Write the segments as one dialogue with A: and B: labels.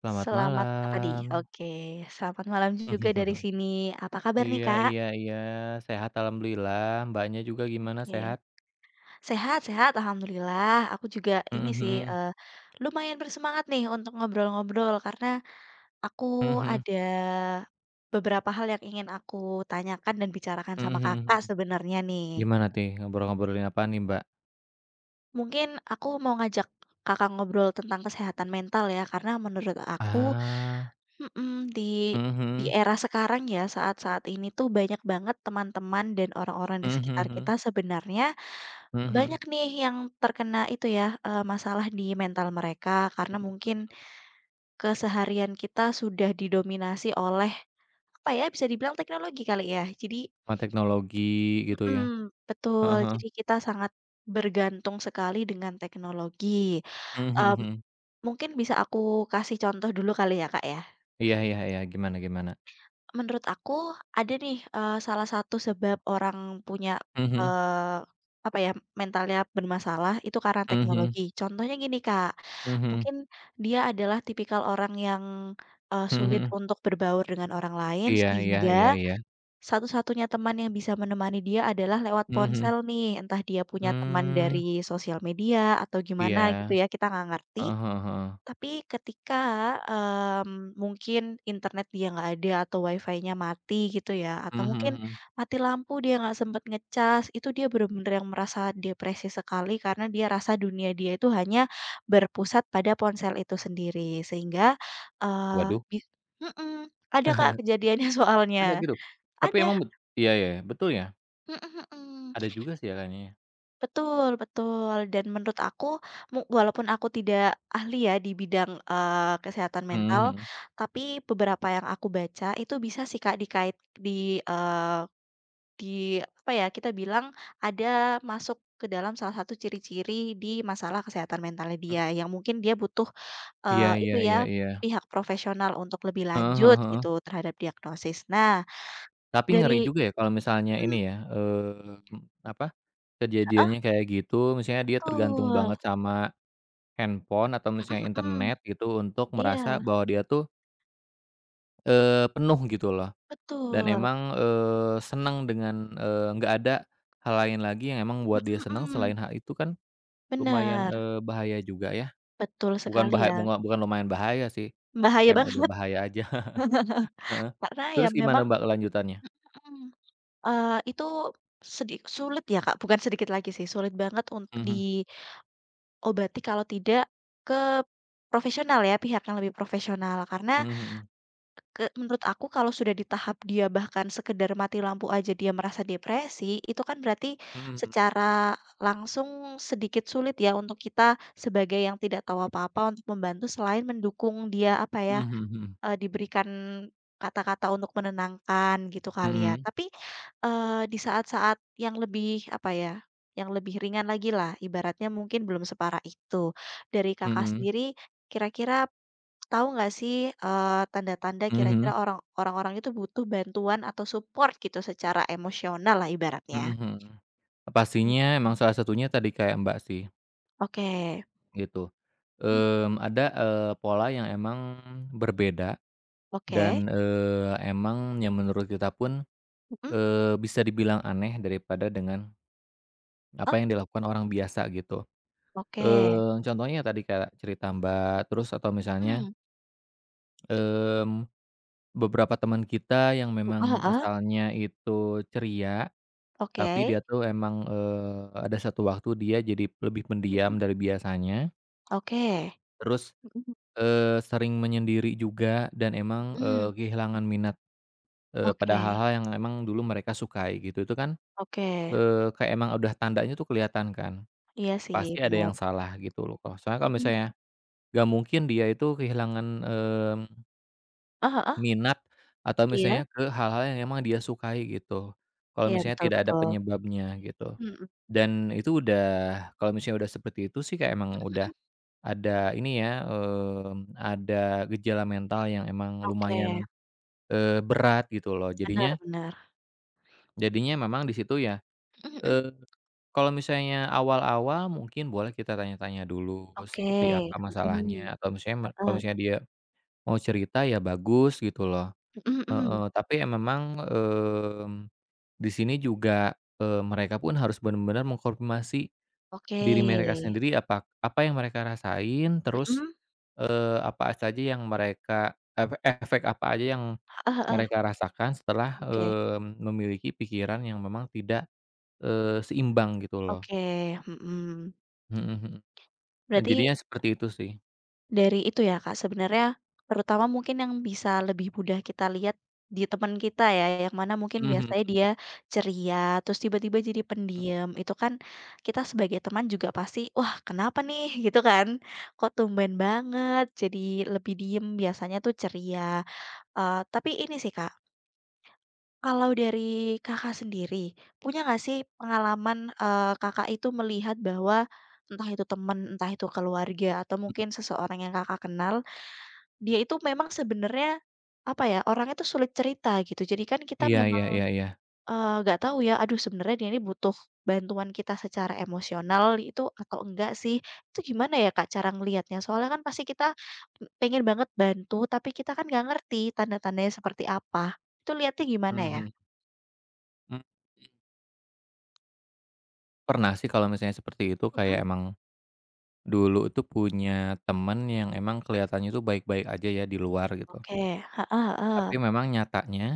A: Selamat
B: Selamat apa di?
A: malam.
B: Oke, selamat malam juga dari sini. Apa kabar nih,
A: Iya
B: Kak?
A: iya iya, sehat alhamdulillah, Mbaknya juga gimana
B: Oke.
A: sehat?
B: Sehat sehat, alhamdulillah. Aku juga ini
A: Mhm
B: sih,
A: mhm.
B: lumayan bersemangat nih untuk ngobrol-ngobrol karena aku
A: Mhm mhm.
B: ada beberapa hal yang ingin aku tanyakan dan bicarakan
A: Mhm
B: sama
A: mhm
B: Kakak
A: mhm.
B: sebenarnya nih.
A: Gimana nih ngobrol-ngobrolin apa nih, Mbak?
B: Mungkin aku mau ngajak Kakak ngobrol tentang kesehatan mental ya, karena menurut aku
A: Ah.
B: Mhm, di
A: Mhm
B: di
A: mhm.
B: era sekarang ya, saat-saat ini tuh banyak banget teman-teman dan orang-orang di
A: Mhm
B: sekitar
A: mhm.
B: kita sebenarnya
A: Mhm mhm.
B: banyak nih yang terkena itu ya, masalah di mental mereka karena
A: Mhm.
B: mungkin keseharian kita sudah didominasi oleh, apa ya, bisa dibilang teknologi kali ya. Jadi
A: Sama teknologi gitu ya?
B: mhm, betul. Jadi kita sangat bergantung sekali dengan teknologi.
A: Heeh. Mhm
B: Mmm,
A: mhm.
B: mungkin bisa aku kasih contoh dulu kali ya, Kak, ya?
A: Iya iya iya, gimana gimana?
B: Menurut aku ada nih, salah satu sebab orang punya,
A: Mhm.
B: eee, apa ya, mentalnya bermasalah itu karena
A: Mhm.
B: teknologi. Contohnya gini, Kak,
A: Mhm.
B: mungkin dia adalah tipikal orang yang, sulit
A: Mhm.
B: untuk berbaur dengan orang lain
A: Iya iya iya
B: sehingga
A: iya.
B: satu-satunya teman yang bisa menemani dia adalah lewat
A: Mhm.
B: ponsel nih, entah dia punya teman
A: Mmm.
B: dari sosial media atau gimana
A: Iya.
B: gitu ya, kita nggak ngerti.
A: Heeh heeh heeh.
B: Tapi ketika, mungkin internet dia nggak ada atau wifi nya mati gitu ya, atau
A: Mhm
B: mungkin
A: mhm mhm.
B: mati lampu dia nggak sempet ngecas, itu dia benar-benar yang merasa depresi sekali karena dia rasa dunia dia itu hanya berpusat pada ponsel itu sendiri. Sehingga, eee,
A: Waduh.
B: bis mhm, ada Kak kejadiannya
A: Ada
B: soalnya.
A: gitu? Tapi
B: Ada,
A: emang bet iya ya, betul ya?
B: mhm mhm.
A: Ada juga sih ya kayaknya ya?
B: Betul betul, dan menurut aku, walaupun aku tidak ahli ya di bidang, kesehatan
A: Mhm
B: mental,
A: mhm.
B: tapi beberapa yang aku baca itu bisa sih Kak dikait di, eee, di apa ya, kita bilang ada masuk ke dalam salah satu ciri-ciri di masalah kesehatan mentalnya
A: Mmm,
B: dia, yang mungkin dia butuh,
A: iya iya
B: itu ya,
A: iya iya.
B: pihak profesional untuk lebih
A: Heeh heeh
B: lanjut
A: heeh.
B: gitu terhadap diagnosis. Nah,
A: Tapi ngeri
B: dari
A: juga ya kalau misalnya
B: mhm,
A: ini ya, apa,
B: heeh,
A: kejadiannya kayak gitu, misalnya dia tergantung
B: betul,
A: banget sama handphone atau misalnya
B: mhm mhm,
A: internet gitu untuk merasa
B: iya,
A: bahwa dia tuh, penuh gitu loh dan
B: betul.
A: emang, senang dengan, nggak ada hal lain lagi yang emang buat dia
B: Mhm
A: senang
B: mhm,
A: selain hal itu kan lumayan,
B: bener,
A: bahaya juga ya.
B: betul
A: Bukan
B: sekali
A: bahaya,
B: ya,
A: bunga bukan lumayan bahaya sih,
B: bahaya
A: emang udah
B: banget.
A: bahaya aja. Heeh.
B: Karena ya
A: Terus gimana,
B: memang
A: Mbak, kelanjutannya?
B: mhm, itu sulit ya Kak, bukan sedikit lagi sih, sulit banget untuk
A: Mhm,
B: diobati kalau tidak ke profesional ya, pihak yang lebih profesional. Karena
A: mhm mhm.
B: menurut aku kalau sudah di tahap dia bahkan sekedar mati lampu aja dia merasa depresi, itu kan berarti
A: Mhm mhm.
B: secara langsung sedikit sulit ya untuk kita sebagai yang tidak tahu apa-apa untuk membantu selain mendukung dia apa ya.
A: Mhm mhm.
B: Diberikan kata-kata untuk menenangkan gitu kali ya.
A: Mhm
B: Tapi, di saat-saat yang lebih apa ya, yang lebih ringan lagi lah, ibaratnya mungkin belum separah itu. Dari Kakak
A: mhm.
B: sendiri kira-kira tahu nggak sih, eee, tanda-tanda
A: Mhm
B: kira-kira
A: mhm.
B: orang-orang itu butuh bantuan atau support gitu secara emosional lah ibaratnya?
A: Mhm mhm.
B: Mhm.
A: Pastinya emang salah satunya tadi kayak, Mbak, sih,
B: Oke.
A: gitu.
B: Mmm.
A: Ada, pola yang emang berbeda
B: Oke.
A: dan, emang yang menurut kita pun,
B: Mhm.
A: bisa dibilang aneh daripada dengan apa
B: Oh,
A: yang dilakukan orang biasa gitu.
B: oke.
A: Contohnya tadi kayak cerita, Mbak, terus atau misalnya
B: Mhm.
A: Mmm, beberapa teman kita yang
B: Heeh
A: memang
B: heeh.
A: asalnya itu ceria, tapi
B: Oke.
A: dia tuh emang, ada satu waktu dia jadi lebih pendiam
B: Mhm.
A: dari biasanya,
B: Oke.
A: terus,
B: Mhm.
A: sering menyendiri juga dan emang,
B: Mmm,
A: kehilangan minat, pada
B: oke
A: hal-hal yang emang dulu mereka sukai gitu. Itu kan,
B: oke.
A: kayak emang udah tandanya tuh kelihatan kan,
B: Iya sih
A: pasti ada
B: bener.
A: yang salah gitu loh. Kalau soalnya kalau
B: Mhm.
A: misalnya nggak mungkin dia itu kehilangan,
B: Ah, heeh.
A: Minat atau
B: Iya
A: misalnya ke hal-hal yang emang dia sukai gitu, kalau
B: iya,
A: misalnya
B: betul
A: tidak ada
B: betul.
A: penyebabnya gitu.
B: Mhm
A: Dan itu udah kalau misalnya udah seperti itu sih kayak emang
B: mhm
A: udah
B: mhm.
A: ada ini ya, ada gejala mental yang emang
B: Oke,
A: lumayan, berat gitu loh.
B: benar
A: Jadinya
B: benar.
A: jadinya memang di situ ya,
B: Mhm mhm.
A: eee, kalau misalnya awal-awal mungkin boleh kita tanya-tanya dulu
B: Oke.
A: seperti apa
B: Mhm,
A: masalahnya atau misalnya kalau
B: heeh.
A: misalnya dia mau cerita ya bagus gitu loh,
B: Mhm mhm.
A: heeh, tapi ya memang, mmm Di sini juga, mereka pun harus benar-benar mengkonfirmasi
B: Oke.
A: diri mereka sendiri apa apa yang mereka rasain, terus,
B: Mhm,
A: apa saja yang mereka efe efek apa aja yang
B: heeh heeh.
A: mereka rasakan setelah,
B: Oke
A: memiliki pikiran yang memang tidak, seimbang gitu loh.
B: oke. Mhm.
A: Mhm mhm.
B: Berarti
A: Jadinya seperti itu sih.
B: Dari itu ya Kak, sebenarnya terutama mungkin yang bisa lebih mudah kita lihat di teman kita ya, yang mana mungkin
A: Mhm
B: biasanya
A: mhm
B: dia ceria, terus tiba-tiba jadi
A: mhm
B: pendiam, itu kan kita sebagai teman juga pasti, "Wah, kenapa nih?" Gitu kan, "Kok tumben banget jadi lebih diem, biasanya tuh ceria." Tapi ini sih Kak, kalau dari Kakak sendiri, punya nggak sih pengalaman, Kakak itu melihat bahwa entah itu teman, entah itu keluarga, atau
A: mhm.
B: mungkin seseorang yang Kakak kenal dia itu memang sebenarnya, apa ya, orangnya tuh sulit cerita gitu. Jadi kan kita
A: Iya iya
B: memang,
A: iya iya.
B: nggak tahu ya, aduh sebenarnya dia ini butuh bantuan kita secara emosional itu atau enggak sih. Itu gimana ya Kak cara ngelihatnya? Soalnya kan pasti kita pengen banget bantu, tapi kita kan nggak ngerti tanda-tandanya seperti apa. Itu lihatnya gimana ya?
A: Mhm, mmm. Pernah sih kalau misalnya seperti itu kayak
B: Mhm.
A: emang dulu itu punya teman yang emang kelihatannya itu baik-baik aja ya di luar gitu.
B: Oke. Heeh heeh.
A: Tapi memang nyatanya,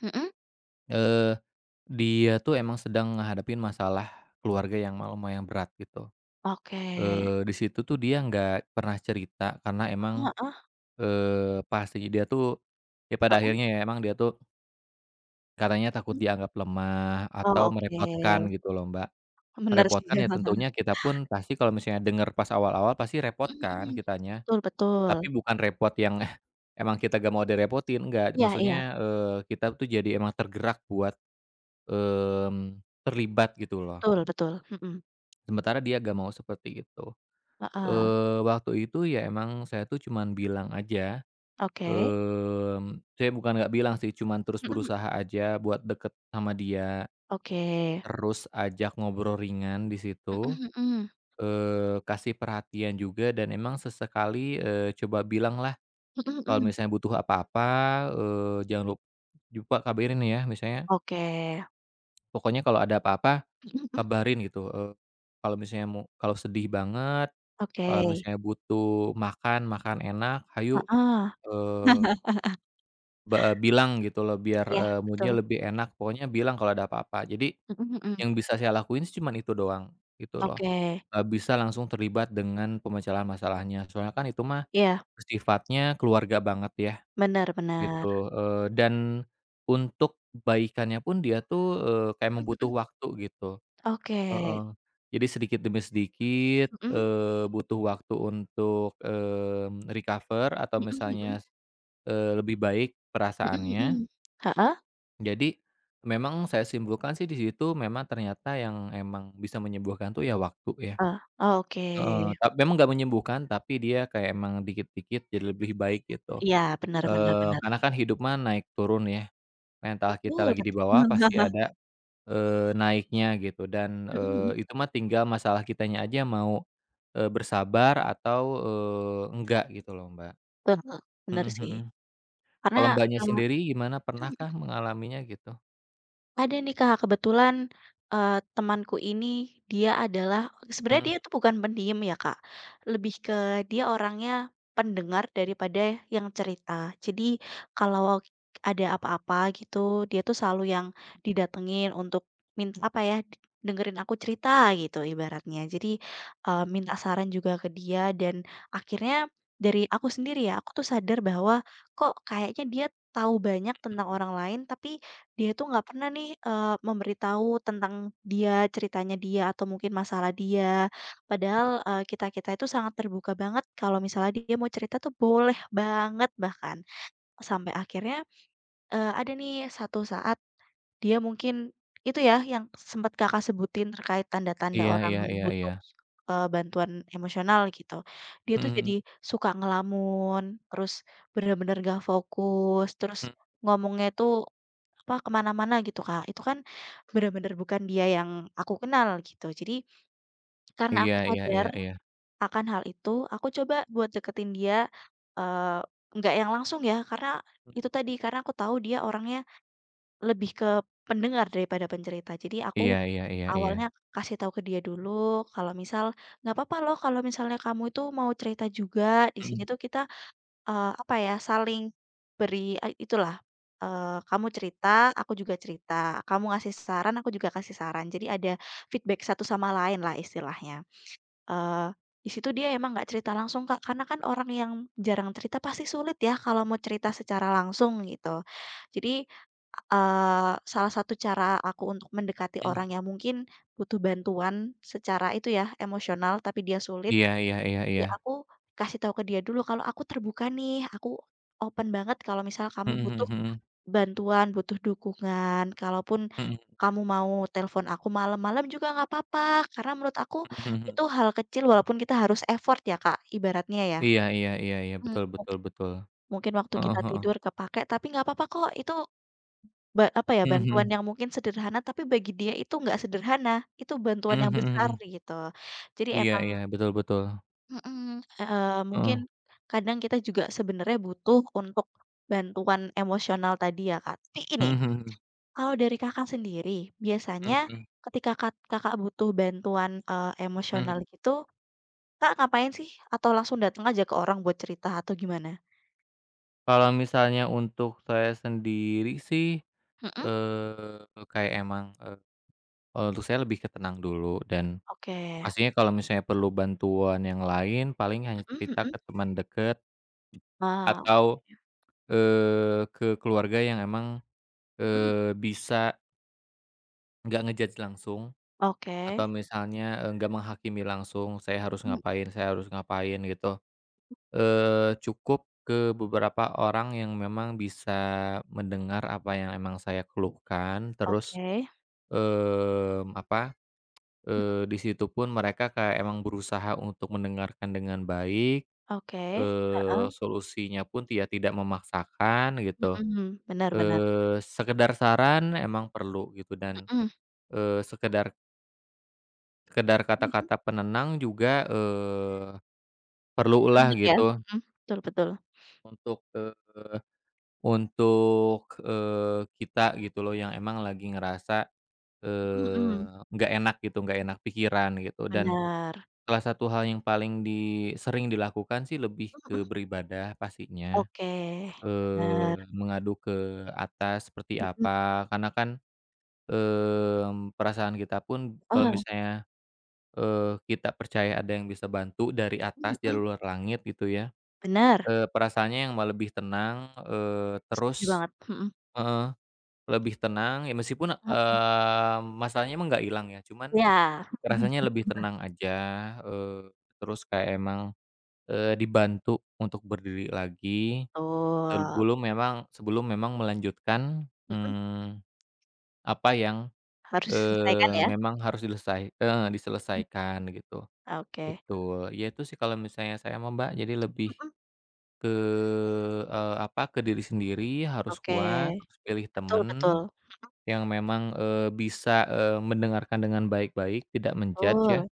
B: Mhm?
A: eee, dia tuh emang sedang ngadepin masalah keluarga yang lumayan berat gitu.
B: Oke.
A: Di situ tuh dia nggak pernah cerita karena emang,
B: Heeh heeh.
A: pasti dia tuh ya pada
B: Heeh?
A: akhirnya ya emang dia tuh katanya takut
B: Mhm.
A: dianggap lemah
B: Oh,
A: atau merepotkan
B: oke.
A: gitu loh, Mbak.
B: Benar sih.
A: Merepotkan ya tentunya kita pun pasti kalau misalnya denger pas awal-awal pasti repot
B: Mhm
A: kan
B: mhm.
A: kitanya,
B: Betul betul.
A: tapi bukan repot yang emang kita gak mau direpotin, enggak.
B: Iya iya.
A: Maksudnya, kita tuh jadi emang tergerak buat terlibat gitu loh,
B: Betul betul, mhm,
A: sementara dia nggak mau seperti itu.
B: heeh,
A: Waktu itu ya emang saya tuh cuman bilang aja,
B: oke,
A: saya bukan nggak bilang sih, cuman terus
B: mhm mhm,
A: berusaha aja buat deket sama dia,
B: oke,
A: terus ajak ngobrol ringan di situ,
B: mhm mhm,
A: kasih perhatian juga dan emang sesekali, coba bilang lah,
B: mhm
A: kalau
B: mhm,
A: misalnya butuh apa-apa, "Jangan lupa kabarin ya," misalnya,
B: oke,
A: "pokoknya kalau ada apa-apa
B: mhm mhm,
A: Kabarin gitu, kalau misalnya mau kalau sedih banget, kalau
B: oke,
A: misalnya butuh makan makan enak, hayu,
B: heeh,
A: eee, be bilang gitu loh biar,
B: iya
A: mood
B: betul,
A: lebih enak, pokoknya bilang kalau ada apa-apa. Jadi
B: mhm mhm,
A: yang bisa saya lakuin sih cuman itu doang, gitu loh.
B: oke,
A: Nggak bisa langsung terlibat dengan pemecahan masalahnya, soalnya kan itu mah
B: iya,
A: sifatnya keluarga banget ya,
B: bener bener,
A: gitu, dan untuk baikannya pun dia tuh, kayak
B: mhm
A: membutuh
B: mhm,
A: waktu gitu.
B: oke,
A: Heeh. Jadi sedikit demi sedikit,
B: mhm,
A: butuh waktu untuk, recover atau
B: mhm mhm,
A: misalnya, lebih baik
B: mhm
A: perasaannya.
B: mhm, heeh?
A: Jadi memang saya simpulkan sih di situ memang ternyata yang emang bisa menyembuhkan tuh ya waktu ya.
B: Heeh, oh, oke,
A: Heeh, memang nggak menyembuhkan tapi dia kayak emang dikit-dikit jadi lebih baik gitu.
B: iya bener bener bener,
A: Karena kan hidup mah naik turun ya, mental kita
B: betul
A: lagi di
B: betul,
A: bawah pasti
B: mhm
A: ada naiknya gitu dan,
B: mhm,
A: itu mah tinggal masalah kitanya aja mau, bersabar atau, enggak gitu loh, Mbak.
B: betul, heeh, bener
A: Mhm mhm.
B: sih. Karena,
A: Kalau Mbaknya
B: eee
A: sendiri gimana, pernahkah mengalaminya gitu?
B: Ada nih Kak, kebetulan, temanku ini dia adalah sebenarnya
A: Mhm.
B: dia itu bukan pendiam ya Kak, lebih ke dia orangnya pendengar daripada yang cerita. Jadi kalau ada apa-apa gitu, dia tuh selalu yang didatengin untuk minta apa ya, dengerin aku cerita gitu ibaratnya. Jadi, minta saran juga ke dia dan akhirnya dari aku sendiri ya, aku tuh sadar bahwa kok kayaknya dia tahu banyak tentang orang lain tapi dia itu nggak pernah nih, memberitahu tentang dia, ceritanya dia, atau mungkin masalah dia. Padahal, kita-kita itu sangat terbuka banget kalau misalnya dia mau cerita tuh boleh banget bahkan. Sampai akhirnya, ada nih satu saat dia mungkin itu ya yang sempat Kakak sebutin terkait tanda-tanda
A: Iya
B: orang
A: iya iya iya.
B: butuh bantuan emosional gitu. Dia
A: Mhm
B: tuh jadi
A: mhm.
B: suka ngelamun, terus bener-bener gak fokus, terus
A: Mhm.
B: ngomongnya tuh, apa, ke mana-mana gitu, Kak. Itu kan bener-bener bukan dia yang aku kenal gitu. Jadi karena
A: Iya
B: aku
A: iya
B: sadar
A: iya iya.
B: akan hal itu, aku coba buat deketin dia, nggak yang langsung ya, karena itu tadi, karena aku tahu dia orangnya lebih ke pendengar daripada pencerita. Jadi aku
A: Iya iya iya iya.
B: awalnya kasih tahu ke dia dulu kalau misal, "Nggak apa-apa loh kalau misalnya kamu itu mau cerita juga, di sini
A: Mhm
B: tuh kita, apa ya, saling beri" itulah, "kamu cerita, aku juga cerita, kamu ngasih saran, aku juga kasih saran." Jadi ada feedback satu sama lain lah istilahnya. Eee, di situ dia emang nggak cerita langsung, Kak, karena kan orang yang jarang cerita pasti sulit ya kalau mau cerita secara langsung gitu. Jadi, salah satu cara aku untuk mendekati
A: mhm.
B: orang yang mungkin butuh bantuan secara itu ya, emosional tapi dia sulit,
A: Iya iya iya iya.
B: ya aku kasih tahu ke dia dulu kalau aku terbuka nih, aku open banget kalau misal kamu
A: Mhm
B: butuh
A: mhm mhm.
B: bantuan, butuh dukungan. Kalaupun
A: Mhm.
B: kamu mau telepon aku malam-malam juga nggak apa-apa, karena menurut aku
A: Mhm mhm mhm.
B: itu hal kecil walaupun kita harus effort ya, Kak, ibaratnya ya.
A: Iya iya iya iya.
B: Mhm.
A: Betul betul betul.
B: Mungkin waktu
A: Heeh
B: kita
A: heeh.
B: tidur kepake tapi nggak apa-apa kok, itu apa ya,
A: Mhm
B: bantuan
A: mhm.
B: yang mungkin sederhana, tapi bagi dia itu nggak sederhana, itu bantuan
A: Mhm
B: yang
A: mhm
B: besar
A: mhm.
B: gitu. Jadi
A: Iya
B: emang
A: iya. Betul betul.
B: Mhm. eee, mungkin
A: Heeh.
B: kadang kita juga sebenarnya butuh untuk bantuan emosional tadi ya, Kak. Tapi ini
A: Mhm
B: kalau dari Kakak sendiri, biasanya
A: mhm
B: ketika Kakak butuh bantuan, emosional
A: mhm.
B: gitu, Kak, ngapain sih? Atau langsung datang aja ke orang buat cerita atau gimana?
A: Kalau misalnya untuk saya sendiri sih,
B: Mhm.
A: kayak emang, kalau untuk saya lebih ke tenang dulu dan
B: Oke.
A: pastinya kalau misalnya perlu bantuan yang lain paling hanya
B: Mhm
A: cerita
B: mhm.
A: ke teman dekat
B: Ah.
A: atau, ke keluarga yang emang,
B: Mhm mhm.
A: bisa nggak nge-judge langsung atau
B: Oke.
A: misalnya, nggak menghakimi langsung,
B: Mhm.
A: saya harus ngapain gitu. Eh cukup ke beberapa orang yang memang bisa mendengar apa yang emang saya keluhkan, terus,
B: Oke.
A: apa,
B: Mhm.
A: eh di situ pun mereka kayak emang berusaha untuk mendengarkan dengan baik,
B: Oke. Heeh.
A: solusinya pun ya tidak memaksakan gitu,
B: Mhm, benar benar.
A: eh sekedar saran emang perlu gitu dan,
B: Mhm.
A: eh sekedar sekedar
B: Mhm mhm.
A: kata-kata penenang juga, perlulah
B: Penting ya?
A: gitu
B: Mhm, betul betul.
A: untuk, Untuk, kita gitu loh yang emang lagi ngerasa,
B: Mhm mhm.
A: nggak enak gitu, nggak enak pikiran gitu dan
B: Benar.
A: salah satu hal yang paling di sering dilakukan sih lebih
B: Mhm
A: ke
B: mhm.
A: beribadah pastinya,
B: Oke, benar.
A: mengadu ke atas seperti
B: Mhm,
A: apa karena kan, perasaan kita pun kalau
B: heeh.
A: misalnya, kita percaya ada yang bisa bantu dari
B: Mhm
A: atas, dari
B: mhm.
A: luar langit gitu ya,
B: Benar,
A: perasaannya yang malah lebih tenang,
B: setuju
A: terus
B: banget. Mhm,
A: Lebih tenang, ya meskipun,
B: heeh.
A: masalahnya emang nggak hilang ya, cuman
B: Iya.
A: rasanya lebih tenang aja, eee, terus kayak emang, dibantu untuk berdiri lagi,
B: Betul.
A: sebelum memang melanjutkan,
B: Mhm,
A: apa yang,
B: harus diselesaikan ya?
A: memang harus diselesaikan gitu.
B: Oke.
A: Betul, ya itu sih kalau misalnya saya mah, Mbak, jadi lebih
B: Mhm.
A: ke, apa, ke diri sendiri harus
B: Oke.
A: kuat, terus pilih
B: Betul
A: temen
B: betul
A: Yang memang, bisa, mendengarkan dengan baik-baik, tidak menjudge ya,
B: betul.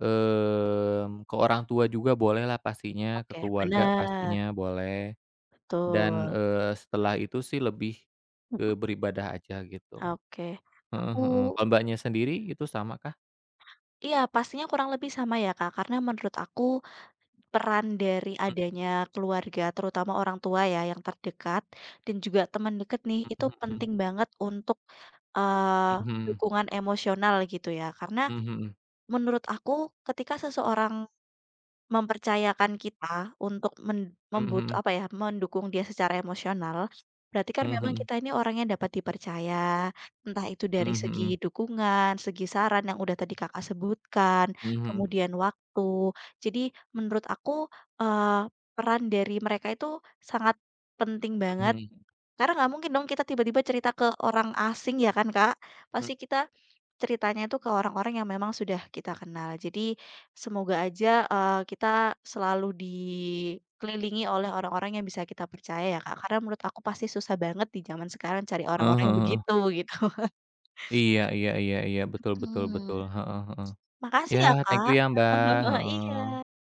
A: ke orang tua juga bolehlah pastinya, ke
B: Oke,
A: keluarga
B: bener,
A: pastinya boleh, dan,
B: betul.
A: setelah itu sih lebih ke
B: Mhm.
A: beribadah aja gitu.
B: Oke.
A: Heeh heeh.
B: Aku
A: Kalau Mbaknya sendiri itu sama kah?
B: iya, pastinya kurang lebih sama ya, Kak, karena menurut aku peran dari
A: Mhm
B: adanya keluarga, terutama orang tua ya yang terdekat dan juga teman dekat nih, itu
A: mhm
B: penting banget untuk, eee,
A: mhm.
B: dukungan emosional gitu ya. Karena
A: Mhm
B: menurut aku ketika seseorang mempercayakan kita untuk men membut
A: mhm.
B: apa ya, mendukung dia secara emosional, berarti kan
A: Mhm
B: memang
A: mhm.
B: kita ini orang yang dapat dipercaya, entah itu
A: Mhm
B: dari segi
A: mhm.
B: dukungan, segi saran yang udah tadi Kakak sebutkan,
A: Mhm mhm.
B: kemudian waktu. Jadi menurut aku, peran dari mereka itu sangat penting
A: Mhm
B: banget,
A: mhm.
B: karena nggak mungkin dong kita tiba-tiba cerita ke orang asing ya kan, Kak.
A: Mhm.
B: Pasti kita ceritanya itu ke orang-orang yang memang sudah kita kenal. Jadi semoga aja, kita selalu dikelilingi oleh orang-orang yang bisa kita percaya ya, Kak, karena menurut aku pasti susah banget di zaman sekarang cari orang-orang yang
A: Heeh.
B: begitu, gitu.
A: Iya iya iya iya. Betul betul betul.
B: Mhm.
A: Heeh heeh. Ya,
B: Makasih ya,
A: thank you
B: Kak.
A: ya Mbak,
B: Iya.
A: heeh.